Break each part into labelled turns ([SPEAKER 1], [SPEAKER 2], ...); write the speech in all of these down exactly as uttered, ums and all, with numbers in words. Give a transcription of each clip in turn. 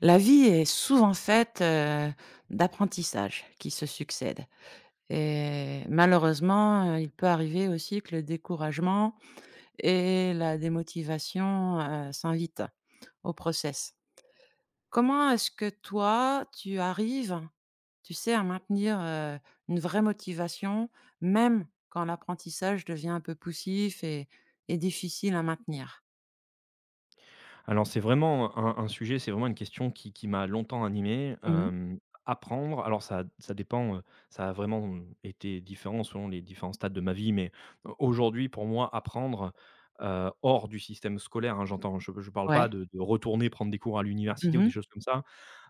[SPEAKER 1] La vie est souvent faite, heu, d'apprentissages qui se succèdent et malheureusement, heu, il peut arriver aussi que le découragement et la démotivation, heu, s'invitent au process. Comment est-ce que toi, tu arrives, tu sais, à maintenir, heu, une vraie motivation, même quand l'apprentissage devient un peu poussif et et difficile à maintenir?
[SPEAKER 2] Alors c'est vraiment un un sujet, c'est vraiment une question qui qui m'a longtemps animé,
[SPEAKER 1] Mmh.
[SPEAKER 2] hem, Apprendre, alors ça ça dépend, heu, ça a vraiment, mmh, été différent selon les différents stades de ma vie, mais aujourd'hui, pour moi, apprendre, heu, hors du système scolaire, hein, j'entends, je ne parle pas
[SPEAKER 1] Ouais.
[SPEAKER 2] de de retourner prendre des cours à l'université ou des
[SPEAKER 1] Mmh.
[SPEAKER 2] choses comme ça,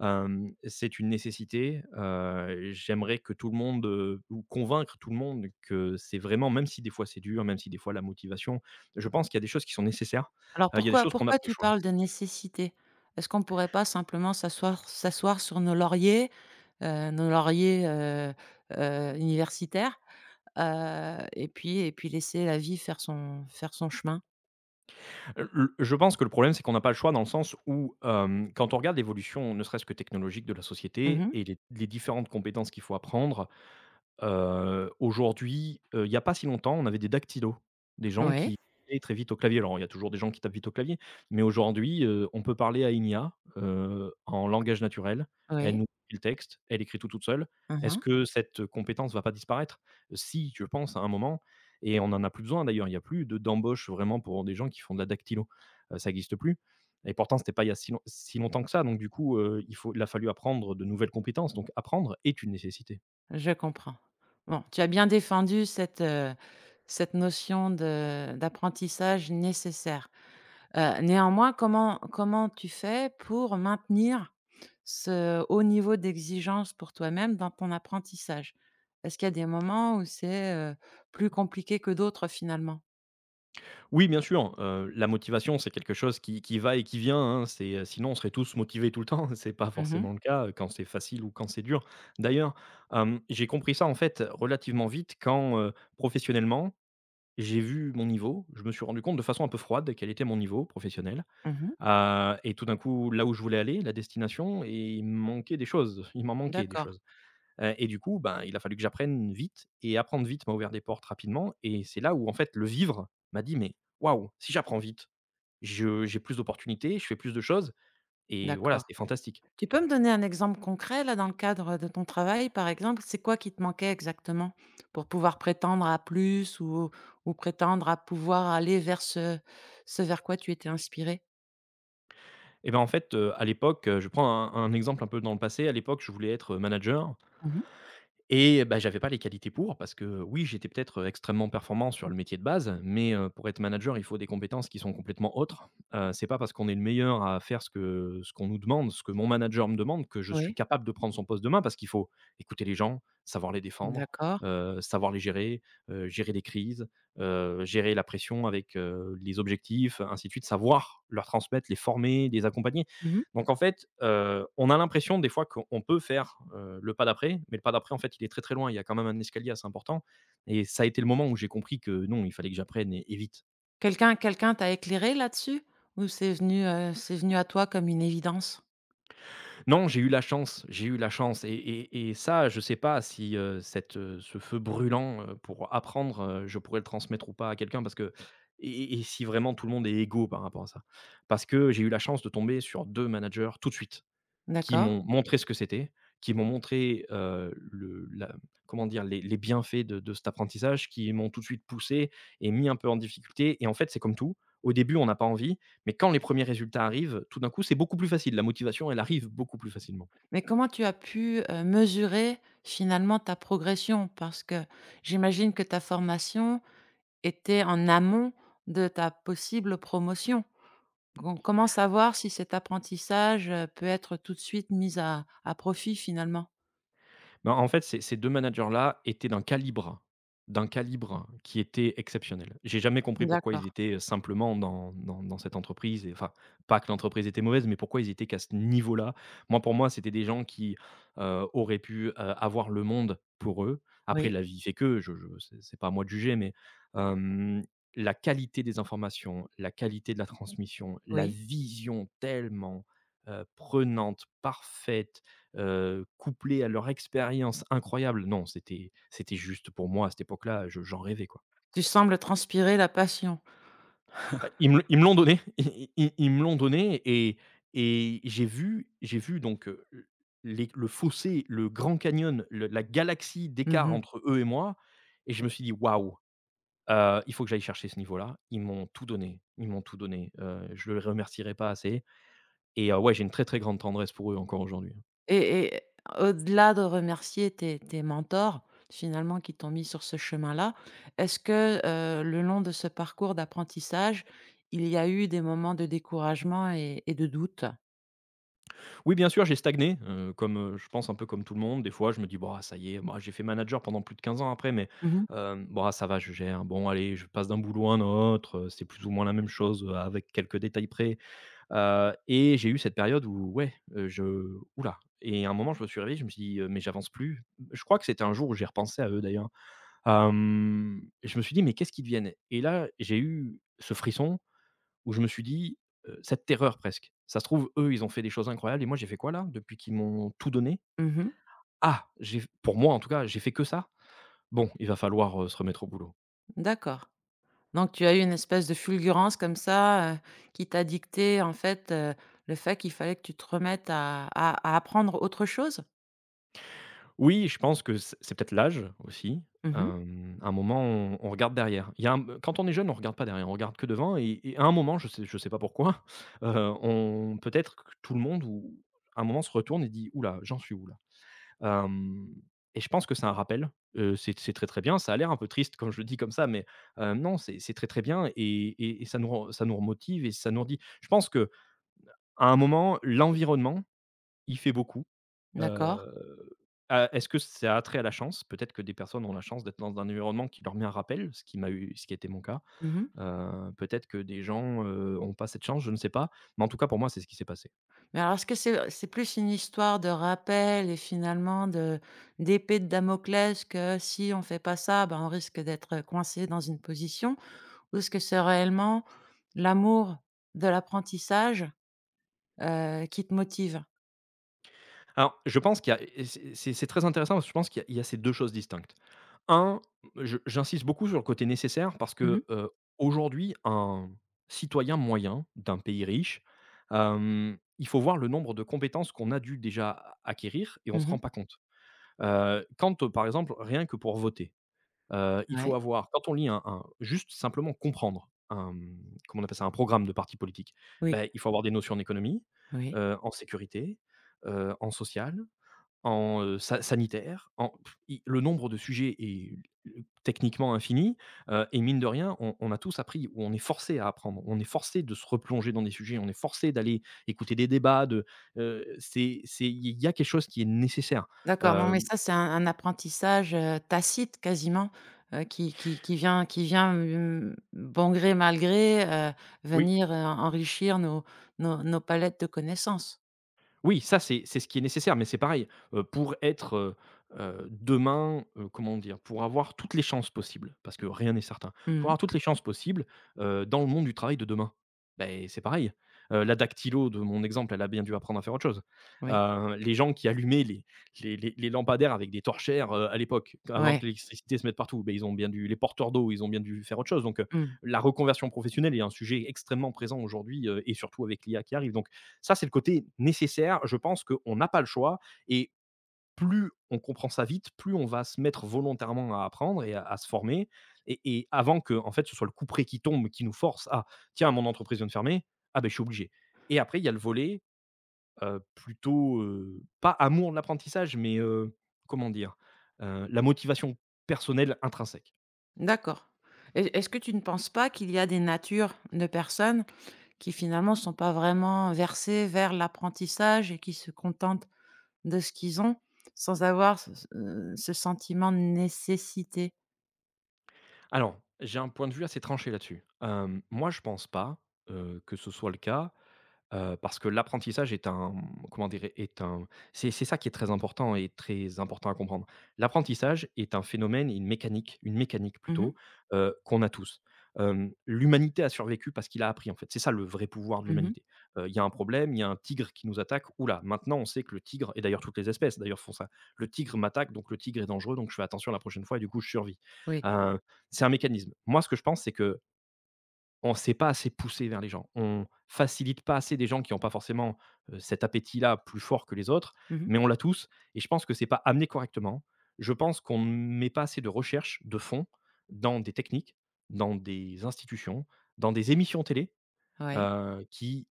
[SPEAKER 2] hem, C'est une nécessité, heu, J'aimerais que tout le monde, heu, ou convaincre tout le monde, que c'est vraiment, même si des fois c'est dur, même si des fois la motivation... Je pense qu'il y a des choses qui sont nécessaires,
[SPEAKER 1] Alors
[SPEAKER 2] heu, il y a des
[SPEAKER 1] pourquoi
[SPEAKER 2] choses qu'on n'a
[SPEAKER 1] pourquoi
[SPEAKER 2] pas le
[SPEAKER 1] tu
[SPEAKER 2] choix.
[SPEAKER 1] parles de nécessité? Est-ce qu'on ne pourrait pas simplement s'asseoir s'asseoir sur nos lauriers, heu, nos lauriers, heu heu, universitaires, heu et puis et puis laisser la vie faire son faire son chemin?
[SPEAKER 2] Heu, je pense que le problème, c'est qu'on n'a pas le choix, dans le sens où, hem, quand on regarde l'évolution, ne serait-ce que technologique, de la
[SPEAKER 1] Mmh
[SPEAKER 2] société,
[SPEAKER 1] mh.
[SPEAKER 2] et les les différentes compétences qu'il faut apprendre. Heu, aujourd'hui, heu, il n'y a pas si longtemps, on avait des dactylos, des gens
[SPEAKER 1] Oui,
[SPEAKER 2] qui tapaient très vite au clavier. Alors, il y a toujours des gens qui tapent vite au clavier, mais aujourd'hui, heu, on peut parler à une I A, heu, en langage naturel. Elle
[SPEAKER 1] oui.
[SPEAKER 2] nous écrit le texte, elle écrit tout toute seule. Est-ce
[SPEAKER 1] Mmh.
[SPEAKER 2] que cette compétence va pas disparaître? Si, je pense, à un moment, et on en a plus besoin d'ailleurs. Il n'y a plus de d'embauches vraiment pour des gens qui font de la dactylo, heu, ça n'existe plus, et pourtant, c'était pas il y a si long si longtemps que ça. Donc du coup, heu, il faut il a fallu apprendre de nouvelles compétences, donc apprendre est une nécessité.
[SPEAKER 1] Je comprends. Bon, tu as bien défendu cette, heu, cette notion de d'apprentissage nécessaire. Heu, néanmoins, comment comment tu fais pour maintenir ce haut niveau d'exigence pour toi-même dans ton apprentissage? Est-ce qu'il y a des moments où c'est, heu, plus compliqué que d'autres finalement?
[SPEAKER 2] Oui, bien sûr, heu, la motivation, c'est quelque chose qui qui va et qui vient, hein. C'est, heu, sinon on serait tous motivés tout le temps. C'est pas
[SPEAKER 1] Mmh mh.
[SPEAKER 2] forcément le cas, heu, quand c'est facile ou quand c'est dur. D'ailleurs, hem, j'ai compris ça, en fait, relativement vite, quand, heu, professionnellement, j'ai vu mon niveau. Je me suis rendu compte, de façon un peu froide, quel était mon niveau professionnel,
[SPEAKER 1] Mmh.
[SPEAKER 2] heu et tout d'un coup, là où je voulais aller, la destination, et il me manquait des choses. Il m'en manquait, des
[SPEAKER 1] D'accord,
[SPEAKER 2] choses. Heu et du coup, ben, il a fallu que j'apprenne vite, et apprendre vite m'a ouvert des portes rapidement, et c'est là où, en fait, le vivre m'a dit: «Mais waouh, si j'apprends vite, je j'ai plus d'opportunités, je fais plus de choses!» Et voilà,
[SPEAKER 1] d'accord.
[SPEAKER 2] c'était fantastique.
[SPEAKER 1] Tu peux me donner un exemple concret là, dans le cadre de ton travail par exemple? C'est quoi qui te manquait exactement pour pouvoir prétendre à plus ou ou prétendre à pouvoir aller vers ce ce vers quoi tu étais inspiré.
[SPEAKER 2] Et ben, en fait, heu, à l'époque, heu, je prends un un exemple un peu dans le passé, à l'époque, je voulais être manager. Et bah, j'avais pas les qualités pour, parce que oui, j'étais peut-être extrêmement performant sur le métier de base, mais heu, pour être manager, il faut des compétences qui sont complètement autres. Heu, c'est pas parce qu'on est le meilleur à faire ce que ce qu'on nous demande, ce que mon manager me demande, que je suis
[SPEAKER 1] Oui,
[SPEAKER 2] capable de prendre son poste demain, parce qu'il faut écouter les gens, savoir les défendre,
[SPEAKER 1] d'accord.
[SPEAKER 2] heu, savoir les gérer, heu, gérer les crises, heu, gérer la pression, avec, heu, les objectifs, ainsi de suite, savoir leur transmettre, les former, les accompagner.
[SPEAKER 1] Mmh.
[SPEAKER 2] Donc en fait, heu, on a l'impression, des fois, qu'on peut faire, heu, le pas d'après, mais le pas d'après, en fait, il est très, très loin. Il y a quand même un escalier assez important, et ça a été le moment où j'ai compris que non, il fallait que j'apprenne, et et vite.
[SPEAKER 1] Quelqu'un quelqu'un t'a éclairé là-dessus? Ou c'est venu, heu, c'est venu à toi comme une évidence?
[SPEAKER 2] Non, j'ai eu la chance, j'ai eu la chance, et et et ça, je sais pas si, heu, cette, heu, ce feu brûlant, heu, pour apprendre, heu, je pourrais le transmettre ou pas à quelqu'un, parce que et et si vraiment tout le monde est égaux par rapport à ça. Parce que j'ai eu la chance de tomber sur deux managers tout de suite. Qui
[SPEAKER 1] D'accord.
[SPEAKER 2] m'ont montré ce que c'était, qui m'ont montré, heu, le la comment dire? Les les bienfaits de de cet apprentissage, qui m'ont tout de suite poussé et mis un peu en difficulté, et en fait, c'est comme tout. Au début, on n'a pas envie, mais quand les premiers résultats arrivent, tout d'un coup, c'est beaucoup plus facile. La motivation, elle arrive beaucoup plus facilement.
[SPEAKER 1] Mais comment tu as pu, heu, mesurer finalement ta progression? Parce que j'imagine que ta formation était en amont de ta possible promotion. Com comment savoir si cet apprentissage, heu, peut être tout de suite mis à à profit finalement?
[SPEAKER 2] Ben, en fait, ces ces deux managers-là étaient d'un calibre d'un calibre qui était exceptionnel. J'ai jamais compris pourquoi ils
[SPEAKER 1] D'accord.
[SPEAKER 2] étaient, simplement, dans dans dans cette entreprise, et enfin, pas que l'entreprise était mauvaise, mais pourquoi ils étaient qu'à ce niveau-là. Moi, pour moi, c'était des gens qui, heu, auraient pu, heu, avoir le monde pour eux. Après,
[SPEAKER 1] Oui,
[SPEAKER 2] la vie fait que, je je c'est c'est pas à moi de juger, mais, hem, la qualité des informations, la qualité de la transmission, la
[SPEAKER 1] oui.
[SPEAKER 2] vision tellement, heu, prenante, parfaite, heu, couplé à leur expérience incroyable, non, c'était c'était juste, pour moi à cette époque-là, je j'en rêvais, quoi.
[SPEAKER 1] Tu sembles transpirer la passion.
[SPEAKER 2] Heu, ils me ils me l'ont donné, i i ils me l'ont donné, et et j'ai vu j'ai vu donc, heu, les le fossé, le Grand Canyon, le la galaxie d'écart
[SPEAKER 1] Mmh.
[SPEAKER 2] entre eux et moi, et je me suis dit: «Waouh, heu, il faut que j'aille chercher ce niveau-là». Ils m'ont tout donné, ils m'ont tout donné, heu, je ne les remercierai pas assez. Et heu, ouais, j'ai une très, très grande tendresse pour eux, encore aujourd'hui.
[SPEAKER 1] Et et au-delà de remercier tes tes mentors, finalement, qui t'ont mis sur ce chemin-là, est-ce que, heu, le long de ce parcours d'apprentissage, il y a eu des moments de découragement et et de doute?
[SPEAKER 2] Oui, bien sûr, j'ai stagné, heu, comme, heu, je pense, un peu comme tout le monde. Des fois, je me dis: «Bah, ça y est, moi, j'ai fait manager pendant plus de quinze ans après, mais,
[SPEAKER 1] Mmh mh.
[SPEAKER 2] euh, bon, bah, ça va, je gère. Bon, allez, je passe d'un boulot à un autre, heu, c'est plus ou moins la même chose, heu, avec quelques détails près». Heu et j'ai eu cette période où ouais, heu, je... oula. Et à un moment, je me suis réveillé, je me suis dit: «Heu, mais j'avance plus». Je crois que c'était un jour où j'ai repensé à eux, d'ailleurs. Hem, je me suis dit: «Mais qu'est-ce qu'ils deviennent?» Et là, j'ai eu ce frisson où je me suis dit, heu, cette terreur presque. Ça se trouve, eux, ils ont fait des choses incroyables, et moi j'ai fait quoi là, depuis qu'ils m'ont tout donné?
[SPEAKER 1] Mmh.
[SPEAKER 2] Ah! J'ai, pour moi en tout cas, j'ai fait que ça? Bon, il va falloir, heu, se remettre au boulot.
[SPEAKER 1] D'accord. Donc tu as eu une espèce de fulgurance comme ça, heu, qui t'a dicté, en fait, heu, le fait qu'il fallait que tu te remettes à à à apprendre autre chose?
[SPEAKER 2] Oui, je pense que c'est c'est peut-être l'âge aussi.
[SPEAKER 1] Mmh.
[SPEAKER 2] Hem, à un moment, on on regarde derrière. Il y a un... quand on est jeune, on regarde pas derrière, on regarde que devant, et et à un moment, je sais je sais pas pourquoi, heu, on... peut-être que tout le monde... ou à un moment se retourne et dit: «oula, j'en suis où là?» Hem Et je pense que c'est un rappel, heu, c'est c'est très, très bien. Ça a l'air un peu triste quand je le dis comme ça, mais heu, non, c'est c'est très, très bien, et et et ça nous ren ça nous remotive, et ça nous redit, je pense, que à un moment, l'environnement, il fait beaucoup.
[SPEAKER 1] D'accord.
[SPEAKER 2] Heu, a Est-ce que ça a trait à la chance? Peut-être que des personnes ont la chance d'être dans un environnement qui leur met un rappel, ce qui m'a eu, ce qui a été mon cas.
[SPEAKER 1] Mmh.
[SPEAKER 2] Heu, peut-être que des gens, heu, ont pas cette chance, je ne sais pas, mais en tout cas, pour moi, c'est ce qui s'est passé.
[SPEAKER 1] Mais alors, est-ce que c'est c'est plus une histoire de rappel et finalement de d'épée de Damoclès que si on fait pas ça, ben, on risque d'être coincé dans une position? Ou est-ce que c'est réellement l'amour de l'apprentissage, heu, qui te motive?
[SPEAKER 2] Alors, je pense qu'il y a, et c'est c'est c'est très intéressant, parce que je pense qu'il y a il y a ces deux choses distinctes. Un, je j'insiste beaucoup sur le côté nécessaire, parce
[SPEAKER 1] Mmh mh.
[SPEAKER 2] que, heu, aujourd'hui, un citoyen moyen d'un pays riche, hem, il faut voir le nombre de compétences qu'on a dû déjà acquérir, et on ne se
[SPEAKER 1] Mmh.
[SPEAKER 2] rend pas compte. Heu, quand, euh, par exemple, rien que pour voter, heu, il faut
[SPEAKER 1] Ouais.
[SPEAKER 2] avoir, quand on lit un un juste simplement comprendre un, mmh, comment on appelle ça? Un programme de parti politique,
[SPEAKER 1] Oui,
[SPEAKER 2] ben il faut avoir des notions en économie,
[SPEAKER 1] oui.
[SPEAKER 2] heu, en sécurité, heu, en social, en, heu, sa sanitaire, en pff, i le nombre de sujets est euh, techniquement infini, heu et mine de rien, on on a tous appris, ou on est forcé à apprendre. On est forcé de se replonger dans des sujets, on est forcé d'aller écouter des débats de, heu, c'est c'est il y a quelque chose qui est nécessaire.
[SPEAKER 1] D'accord, non, mais
[SPEAKER 2] Hem
[SPEAKER 1] ça, c'est un un apprentissage, heu, tacite quasiment, heu, qui qui qui vient qui vient, mmh, bon gré, mal gré, heu,
[SPEAKER 2] Oui.
[SPEAKER 1] venir, heu, enrichir nos nos nos palettes de connaissances.
[SPEAKER 2] Oui, ça, c'est c'est ce qui est nécessaire, mais c'est pareil, heu, pour être, heu heu, demain, heu, comment dire? Pour avoir toutes les chances possibles, parce que rien n'est certain. Pour
[SPEAKER 1] Mmh.
[SPEAKER 2] avoir toutes les chances possibles, heu, dans le monde du travail de demain. Ben c'est pareil, heu, la dactylo de mon exemple, elle a bien dû apprendre à faire autre chose.
[SPEAKER 1] Oui.
[SPEAKER 2] Heu, les gens qui allumaient les les les les lampadaires avec des torchères, heu, à l'époque, avant
[SPEAKER 1] Ouais.
[SPEAKER 2] que l'électricité se mette partout, ben ils ont bien dû les porteurs d'eau, ils ont bien dû faire autre chose, donc heu,
[SPEAKER 1] Mmh.
[SPEAKER 2] la reconversion professionnelle est un sujet extrêmement présent aujourd'hui, heu et surtout avec l'I A qui arrive, donc ça, c'est le côté nécessaire. Je pense qu'on n'a pas le choix. Et plus on comprend ça vite, plus on va se mettre volontairement à apprendre et à, à se former. Et, et avant que, en fait, ce soit le coup près qui tombe, qui nous force à tiens, mon entreprise vient de fermer, ah ben je suis obligé. Et après, il y a le volet euh, plutôt, euh, pas amour de l'apprentissage, mais euh, comment dire, euh, la motivation personnelle intrinsèque.
[SPEAKER 1] D'accord. Est est-ce que tu ne penses pas qu'il y a des natures de personnes qui finalement ne sont pas vraiment versées vers l'apprentissage et qui se contentent de ce qu'ils ont, sans avoir ce ce, euh, ce sentiment de nécessité?
[SPEAKER 2] Alors, j'ai un point de vue assez tranché là-dessus. Euh, moi, je pense pas euh, que ce soit le cas. Heu, parce que l'apprentissage est un comment dire? Est un c'est c'est ça qui est très important et très important à comprendre. L'apprentissage est un phénomène une mécanique une mécanique
[SPEAKER 1] Mmh mh.
[SPEAKER 2] plutôt, heu, qu'on a tous. Hem, l'humanité a survécu parce qu'il a appris en fait. C'est ça le vrai pouvoir de
[SPEAKER 1] Mmh.
[SPEAKER 2] l'humanité. Heu, il y a un problème, il y a un tigre qui nous attaque. Oula, maintenant on sait que le tigre» et d'ailleurs toutes les espèces d'ailleurs font ça. «Le tigre m'attaque, donc le tigre est dangereux, donc je fais attention la prochaine fois et du coup je survis».
[SPEAKER 1] Oui.
[SPEAKER 2] Heu, c'est un mécanisme. Moi ce que je pense, c'est que on ne s'est pas assez poussé vers les gens. On facilite pas assez des gens qui n'ont pas forcément, heu, cet appétit-là plus fort que les autres,
[SPEAKER 1] Mmh.
[SPEAKER 2] mais on l'a tous et je pense que c'est pas amené correctement. Je pense qu'on ne met pas assez de recherche de fond dans des techniques, dans des institutions, dans des émissions télé,
[SPEAKER 1] Ouais.
[SPEAKER 2] heu, qui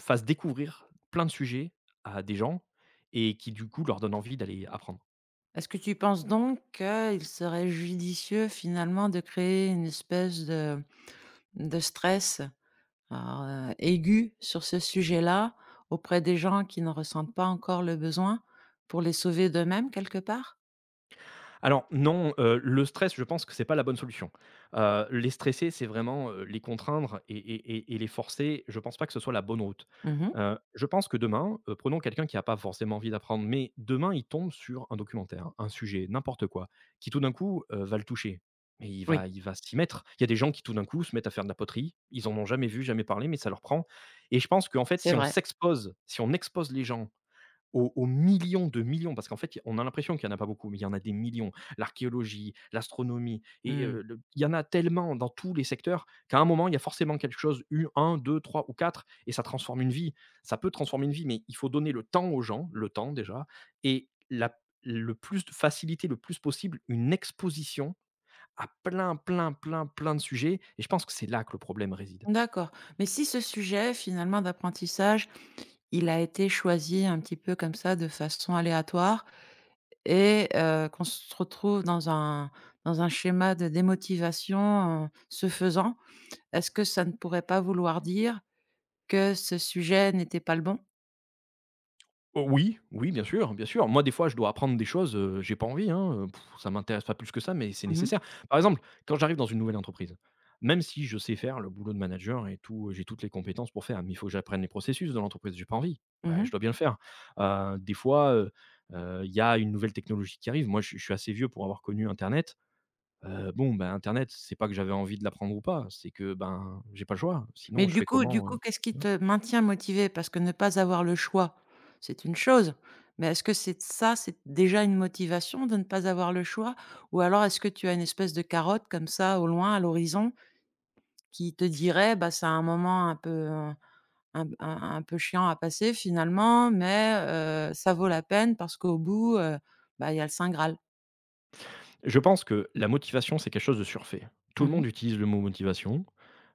[SPEAKER 2] fassent découvrir plein de sujets à des gens et qui, du coup, leur donnent envie d'aller apprendre.
[SPEAKER 1] Est-ce que tu penses donc qu'il serait judicieux finalement de créer une espèce de de stress? Alors, aiguë sur ce sujet-là, auprès des gens qui ne ressentent pas encore le besoin, pour les sauver d'eux-mêmes quelque part?
[SPEAKER 2] Alors non, heu, le stress, je pense que c'est pas la bonne solution. Heu, les stresser, c'est vraiment, heu, les contraindre et et et et les forcer. Je pense pas que ce soit la bonne route.
[SPEAKER 1] Mmh.
[SPEAKER 2] Heu, je pense que demain, heu, prenons quelqu'un qui a pas forcément envie d'apprendre, mais demain, il tombe sur un documentaire, un sujet, n'importe quoi, qui tout d'un coup, heu, va le toucher. Mais il
[SPEAKER 1] Oui,
[SPEAKER 2] va il va s'y mettre. Il y a des gens qui tout d'un coup se mettent à faire de la poterie. Ils en ont jamais vu, jamais parlé, mais ça leur prend et je pense qu'en fait,
[SPEAKER 1] c'est
[SPEAKER 2] si on
[SPEAKER 1] vrai.
[SPEAKER 2] s'expose, si on expose les gens aux aux millions de millions, parce qu'en fait, on a l'impression qu'il y en a pas beaucoup, mais il y en a des millions. L'archéologie, l'astronomie et
[SPEAKER 1] Mmh.
[SPEAKER 2] heu, le il y en a tellement dans tous les secteurs qu'à un moment, il y a forcément quelque chose, eu un deux trois ou quatre et ça transforme une vie. Ça peut transformer une vie, mais il faut donner le temps aux gens, le temps déjà et la le plus faciliter le plus possible une exposition à plein, plein, plein, plein de sujets et je pense que c'est là que le problème réside.
[SPEAKER 1] D'accord. Mais si ce sujet finalement d'apprentissage, il a été choisi un petit peu comme ça de façon aléatoire et heu, qu'on se retrouve dans un dans un schéma de démotivation, heu, ce faisant, est-ce que ça ne pourrait pas vouloir dire que ce sujet n'était pas le bon?
[SPEAKER 2] Oh oui, oui, bien sûr, bien sûr. Moi, des fois, je dois apprendre des choses, heu, j'ai pas envie, hein, heu, ça m'intéresse pas plus que ça, mais c'est
[SPEAKER 1] Mmh mh.
[SPEAKER 2] nécessaire. Par exemple, quand j'arrive dans une nouvelle entreprise, même si je sais faire le boulot de manager et tout, euh, j'ai toutes les compétences pour faire, mais il faut que j'apprenne les processus de l'entreprise, j'ai pas envie. Bah,
[SPEAKER 1] Mmh.
[SPEAKER 2] je dois bien le faire. Heu, des fois, heu heu, il y a une nouvelle technologie qui arrive. Moi, je suis je suis assez vieux pour avoir connu internet. Heu, bon, ben, internet, c'est pas que j'avais envie de l'apprendre ou pas, c'est que, ben, j'ai pas le choix,
[SPEAKER 1] Mais
[SPEAKER 2] sinon je
[SPEAKER 1] du
[SPEAKER 2] fais
[SPEAKER 1] coup du
[SPEAKER 2] comment,
[SPEAKER 1] coup,
[SPEAKER 2] heu?
[SPEAKER 1] qu'est-ce qui te maintient motivé? Parce que ne pas avoir le choix, c'est une chose, mais est-ce que c'est ça, c'est déjà une motivation de ne pas avoir le choix? Ou alors est-ce que tu as une espèce de carotte comme ça au loin, à l'horizon, qui te dirait: «Bah, c'est un moment un peu, heu, un un un peu chiant à passer finalement, mais heu, ça vaut la peine parce qu'au bout, heu, bah, il y a le saint graal»?
[SPEAKER 2] Je pense que la motivation, c'est quelque chose de surfait. Tout le
[SPEAKER 1] Mmh mh.
[SPEAKER 2] monde utilise le mot motivation.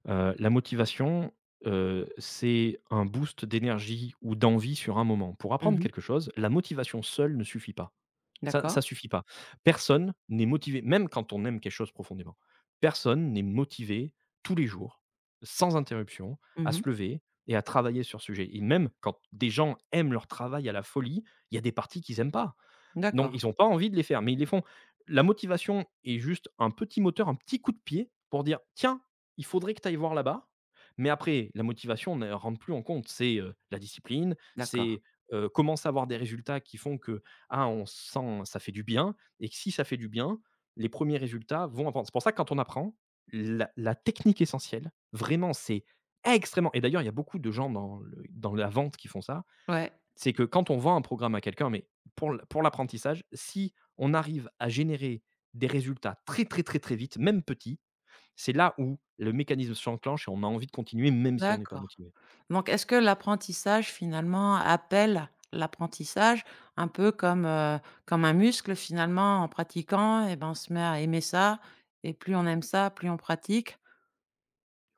[SPEAKER 2] Heu, la motivation, heu, c'est un boost d'énergie ou d'envie sur un moment. Pour apprendre
[SPEAKER 1] Mmh.
[SPEAKER 2] quelque chose, la motivation seule ne suffit pas. Ça
[SPEAKER 1] D'accord.
[SPEAKER 2] ça suffit pas. Personne n'est motivé, même quand on aime quelque chose profondément, personne n'est motivé tous les jours, sans interruption, à se
[SPEAKER 1] Mmh.
[SPEAKER 2] lever et à travailler sur ce sujet et même quand des gens aiment leur travail à la folie, il y a des parties qu'ils n'aiment pas. Donc
[SPEAKER 1] D'accord.
[SPEAKER 2] ils ont pas envie de les faire, mais ils les font. La motivation est juste un petit moteur, un petit coup de pied pour dire: «Tiens, il faudrait que tu ailles voir là-bas». Mais après, la motivation ne rentre plus en compte. C'est, heu, la discipline,
[SPEAKER 1] D'accord.
[SPEAKER 2] c'est, heu, commence à avoir des résultats qui font que, ah, on sent ça fait du bien et que si ça fait du bien, les premiers résultats vont apprendre. C'est pour ça que quand on apprend, la la technique essentielle, vraiment, c'est extrêmement et d'ailleurs, il y a beaucoup de gens dans le dans la vente qui font ça,
[SPEAKER 1] Ouais.
[SPEAKER 2] c'est que quand on vend un programme à quelqu'un, mais pour l pour l'apprentissage, si on arrive à générer des résultats très, très, très, très vite, même petits, c'est là où le mécanisme s'enclenche et on a envie de continuer même si on n'est pas
[SPEAKER 1] D'accord.
[SPEAKER 2] motivé.
[SPEAKER 1] Donc est-ce que l'apprentissage finalement appelle l'apprentissage un peu comme, heu, comme un muscle finalement en pratiquant et ben, on se met à aimer ça et plus on aime ça, plus on pratique.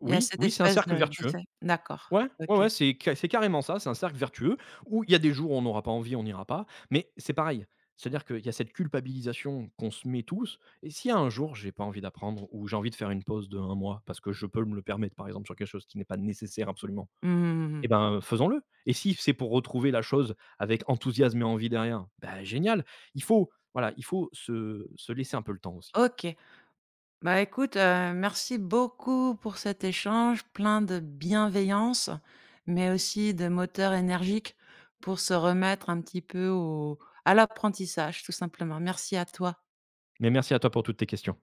[SPEAKER 1] Il y a
[SPEAKER 2] Oui,
[SPEAKER 1] cette
[SPEAKER 2] oui, c'est un
[SPEAKER 1] espèce
[SPEAKER 2] cercle
[SPEAKER 1] de
[SPEAKER 2] vertueux.
[SPEAKER 1] d'effet? D'accord,
[SPEAKER 2] Ouais, ouais,
[SPEAKER 1] OK.
[SPEAKER 2] ouais, c'est ca c'est carrément ça, c'est un cercle vertueux où il y a des jours où on n'aura pas envie, on n'ira pas, mais c'est pareil. C'est-à-dire qu'il y a cette culpabilisation qu'on se met tous et s'il y a un jour, j'ai pas envie d'apprendre ou j'ai envie de faire une pause de un mois parce que je peux me le permettre, par exemple, sur quelque chose qui n'est pas nécessaire absolument.
[SPEAKER 1] Mmh mmh.
[SPEAKER 2] Eh ben, faisons-le et si c'est pour retrouver la chose avec enthousiasme et envie derrière, ben génial. Il faut voilà, il faut se se laisser un peu le temps aussi.
[SPEAKER 1] OK. Bah, écoute, heu, merci beaucoup pour cet échange plein de bienveillance, mais aussi de moteur énergique pour se remettre un petit peu au à l'apprentissage tout simplement. Merci à toi.
[SPEAKER 2] Mais merci à toi pour toutes tes questions.